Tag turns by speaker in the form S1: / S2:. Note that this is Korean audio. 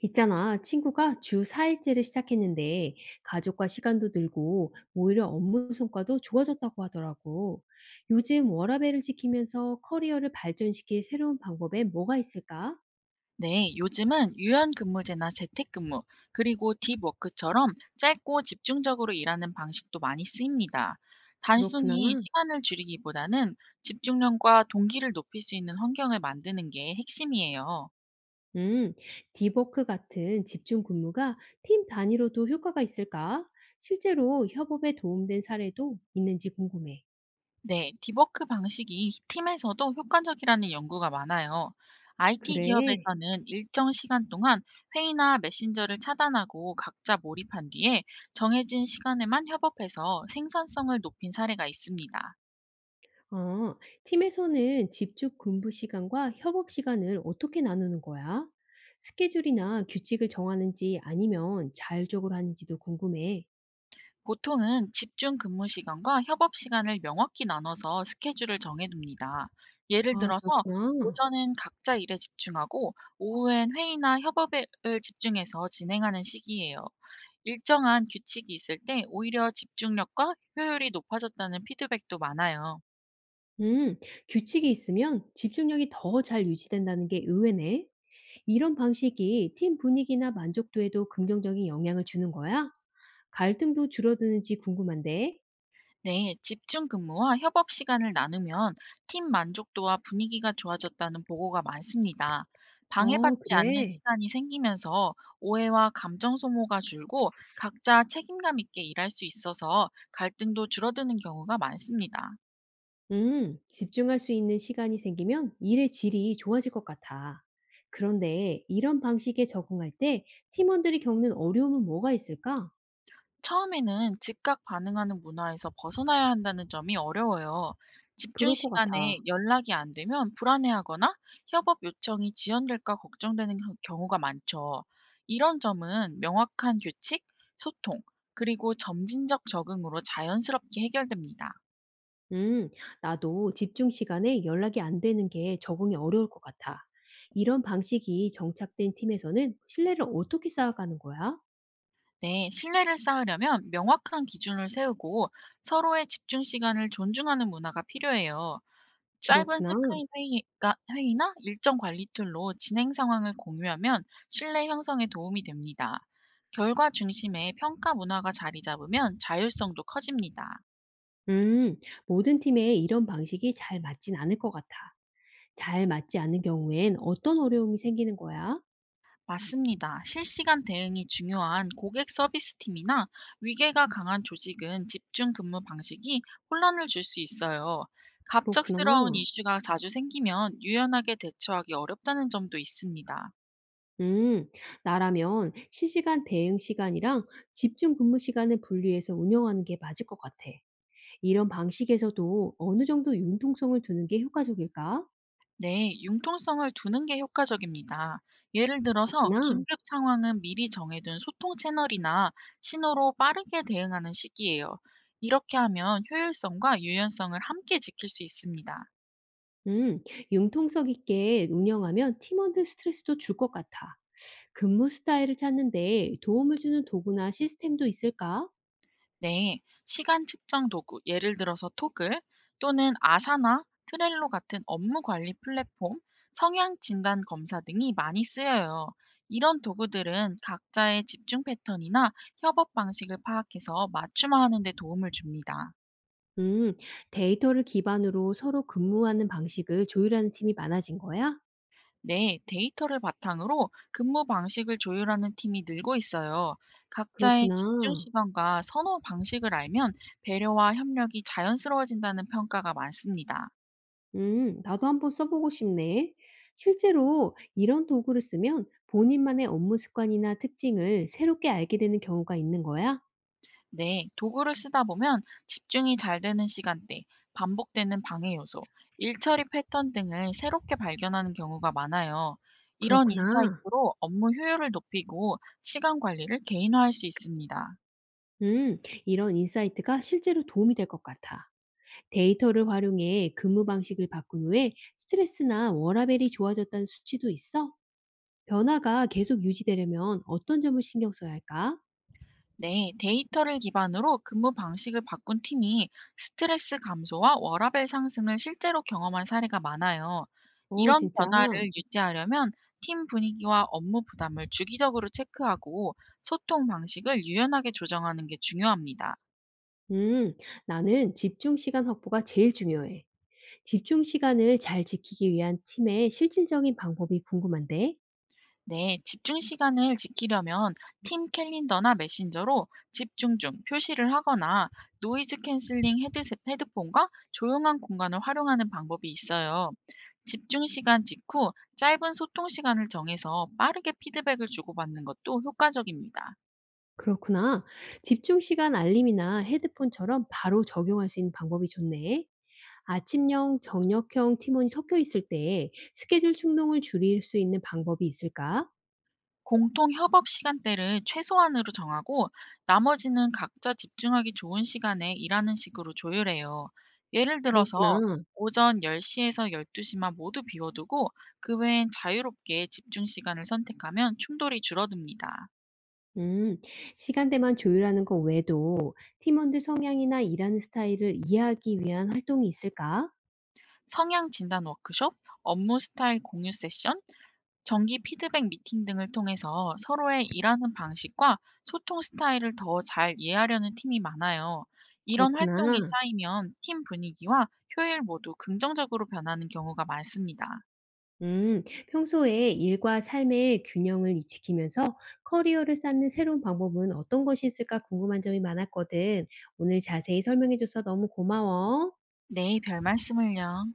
S1: 있잖아, 친구가 주 4일째를 시작했는데 가족과 시간도 늘고 오히려 업무 성과도 좋아졌다고 하더라고. 요즘 워라밸을 지키면서 커리어를 발전시킬 새로운 방법에 뭐가 있을까?
S2: 네, 요즘은 유연근무제나 재택근무, 그리고 딥워크처럼 짧고 집중적으로 일하는 방식도 많이 쓰입니다.
S1: 그렇구나.
S2: 단순히 시간을 줄이기보다는 집중력과 동기를 높일 수 있는 환경을 만드는 게 핵심이에요.
S1: 음, 디버크 같은 집중 근무가 팀 단위로도 효과가 있을까? 실제로 협업에 도움된 사례도 있는지 궁금해.
S2: 네, 딥워크 방식이 팀에서도 효과적이라는 연구가 많아요. IT
S1: 그래.
S2: 기업에서는 일정 시간 동안 회의나 메신저를 차단하고 각자 몰입한 뒤에 정해진 시간에만 협업해서 생산성을 높인 사례가 있습니다.
S1: 어, 팀에서는 집중 근무 시간과 협업 시간을 어떻게 나누는 거야? 스케줄이나 규칙을 정하는지 아니면 자율적으로 하는지도 궁금해.
S2: 보통은 집중 근무 시간과 협업 시간을 명확히 나눠서 스케줄을 정해둡니다. 예를
S1: 아,
S2: 들어서
S1: 그렇구나.
S2: 오전은 각자 일에 집중하고 오후엔 회의나 협업을 집중해서 진행하는 시기예요. 일정한 규칙이 있을 때 오히려 집중력과 효율이 높아졌다는 피드백도 많아요.
S1: 음, 규칙이 있으면 집중력이 더 잘 유지된다는 게 의외네. 이런 방식이 팀 분위기나 만족도에도 긍정적인 영향을 주는 거야? 갈등도 줄어드는지 궁금한데.
S2: 네, 집중 근무와 협업 시간을 나누면 팀 만족도와 분위기가 좋아졌다는 보고가 많습니다.
S1: 어,
S2: 방해받지 않는
S1: 그래.
S2: 시간이 생기면서 오해와 감정 소모가 줄고 각자 책임감 있게 일할 수 있어서 갈등도 줄어드는 경우가 많습니다.
S1: 집중할 수 있는 시간이 생기면 일의 질이 좋아질 것 같아. 그런데 이런 방식에 적응할 때 팀원들이 겪는 어려움은 뭐가 있을까?
S2: 처음에는 즉각 반응하는 문화에서 벗어나야 한다는 점이 어려워요. 집중
S1: 그럴 것
S2: 시간에
S1: 같아.
S2: 연락이 안 되면 불안해하거나 협업 요청이 지연될까 경우가 많죠. 이런 점은 명확한 규칙, 소통, 그리고 점진적 적응으로 자연스럽게 해결됩니다.
S1: 음, 나도 집중 시간에 연락이 안 되는 게 적응이 어려울 것 같아. 이런 방식이 정착된 팀에서는 신뢰를 어떻게 쌓아가는 거야?
S2: 네, 신뢰를 쌓으려면 명확한 기준을 세우고 서로의 집중 시간을 존중하는 문화가 필요해요. 짧은
S1: 그렇구나.
S2: 체크인 회의가 회의나 일정 관리 툴로 진행 상황을 공유하면 신뢰 형성에 도움이 됩니다. 결과 중심의 평가 문화가 자리 잡으면 자율성도 커집니다.
S1: 음, 모든 팀에 이런 방식이 잘 맞진 않을 것 같아. 잘 맞지 않는 경우엔 어떤 어려움이 생기는 거야?
S2: 맞습니다. 실시간 대응이 중요한 고객 서비스 팀이나 위계가 강한 조직은 집중 근무 방식이 혼란을 줄 수 있어요.
S1: 그렇구나.
S2: 갑작스러운 이슈가 자주 생기면 유연하게 대처하기 어렵다는 점도 있습니다.
S1: 음, 나라면 실시간 대응 시간이랑 집중 근무 시간을 분리해서 운영하는 게 맞을 것 같아. 이런 방식에서도 어느 정도 융통성을 두는 게 효과적일까?
S2: 네, 융통성을 두는 게 효과적입니다. 예를 들어서
S1: 그렇구나.
S2: 긴급 상황은 미리 정해둔 소통 채널이나 신호로 빠르게 대응하는 시기예요. 이렇게 하면 효율성과 유연성을 함께 지킬 수 있습니다.
S1: 음, 융통성 있게 운영하면 팀원들 스트레스도 줄 것 같아. 근무 스타일을 찾는데 도움을 주는 도구나 시스템도 있을까?
S2: 네, 시간 측정 도구, 예를 들어서 토글 또는 아사나 트렐로 같은 업무 관리 플랫폼, 성향 진단 검사 등이 많이 쓰여요. 이런 도구들은 각자의 집중 패턴이나 협업 방식을 파악해서 맞춤화하는 데 도움을 줍니다.
S1: 음, 데이터를 기반으로 서로 근무하는 방식을 조율하는 팀이 많아진 거야?
S2: 네, 데이터를 바탕으로 근무 방식을 조율하는 팀이 늘고 있어요. 각자의 집중
S1: 그렇구나.
S2: 시간과 선호 방식을 알면 배려와 협력이 자연스러워진다는 평가가 많습니다.
S1: 나도 한번 써보고 싶네. 실제로 이런 도구를 쓰면 본인만의 업무 습관이나 특징을 새롭게 알게 되는 경우가 있는 거야?
S2: 네, 도구를 쓰다 보면 집중이 잘 되는 시간대, 반복되는 방해 요소, 일 처리 패턴 등을 새롭게 발견하는 경우가 많아요. 이런
S1: 그렇구나.
S2: 인사이트로 업무 효율을 높이고 시간 관리를 개인화할 수 있습니다.
S1: 이런 인사이트가 실제로 도움이 될 것 같아. 데이터를 활용해 근무 방식을 바꾼 후에 스트레스나 워라밸이 좋아졌다는 수치도 있어? 변화가 계속 유지되려면 어떤 점을 신경 써야 할까?
S2: 네, 데이터를 기반으로 근무 방식을 바꾼 팀이 스트레스 감소와 워라밸 상승을 실제로 경험한 사례가 많아요.
S1: 어,
S2: 이런
S1: 진짜.
S2: 변화를 유지하려면 팀 분위기와 업무 부담을 주기적으로 체크하고 소통 방식을 유연하게 조정하는 게 중요합니다.
S1: 음, 나는 집중 시간 확보가 제일 중요해. 집중 시간을 잘 지키기 위한 팀의 실질적인 방법이 궁금한데?
S2: 네, 집중 시간을 지키려면 팀 캘린더나 메신저로 집중 중 표시를 하거나 노이즈 캔슬링 헤드셋, 헤드폰과 조용한 공간을 활용하는 방법이 있어요. 집중 시간 직후 짧은 소통 시간을 정해서 빠르게 피드백을 주고받는 것도 효과적입니다.
S1: 그렇구나. 집중 시간 알림이나 헤드폰처럼 바로 적용할 수 있는 방법이 좋네. 아침형, 저녁형 팀원이 섞여 있을 때 스케줄 충동을 줄일 수 있는 방법이 있을까?
S2: 공통 협업 시간대를 최소한으로 정하고 나머지는 각자 집중하기 좋은 시간에 일하는 식으로 조율해요. 예를 들어서
S1: 그렇구나.
S2: 오전 10시에서 12시만 모두 비워두고 그 외엔 자유롭게 집중 시간을 선택하면 충돌이 줄어듭니다.
S1: 음, 시간대만 조율하는 것 외에도 팀원들 성향이나 일하는 스타일을 이해하기 위한 활동이 있을까?
S2: 성향 진단 워크숍, 업무 스타일 공유 세션, 정기 피드백 미팅 등을 통해서 서로의 일하는 방식과 소통 스타일을 더 잘 이해하려는 팀이 많아요. 이런
S1: 그렇구나.
S2: 활동이 쌓이면 팀 분위기와 효율 모두 긍정적으로 변하는 경우가 많습니다.
S1: 음, 평소에 일과 삶의 균형을 지키면서 커리어를 쌓는 새로운 방법은 어떤 것이 있을까 궁금한 점이 많았거든. 오늘 자세히 설명해줘서 너무 고마워.
S2: 네, 별 말씀을요.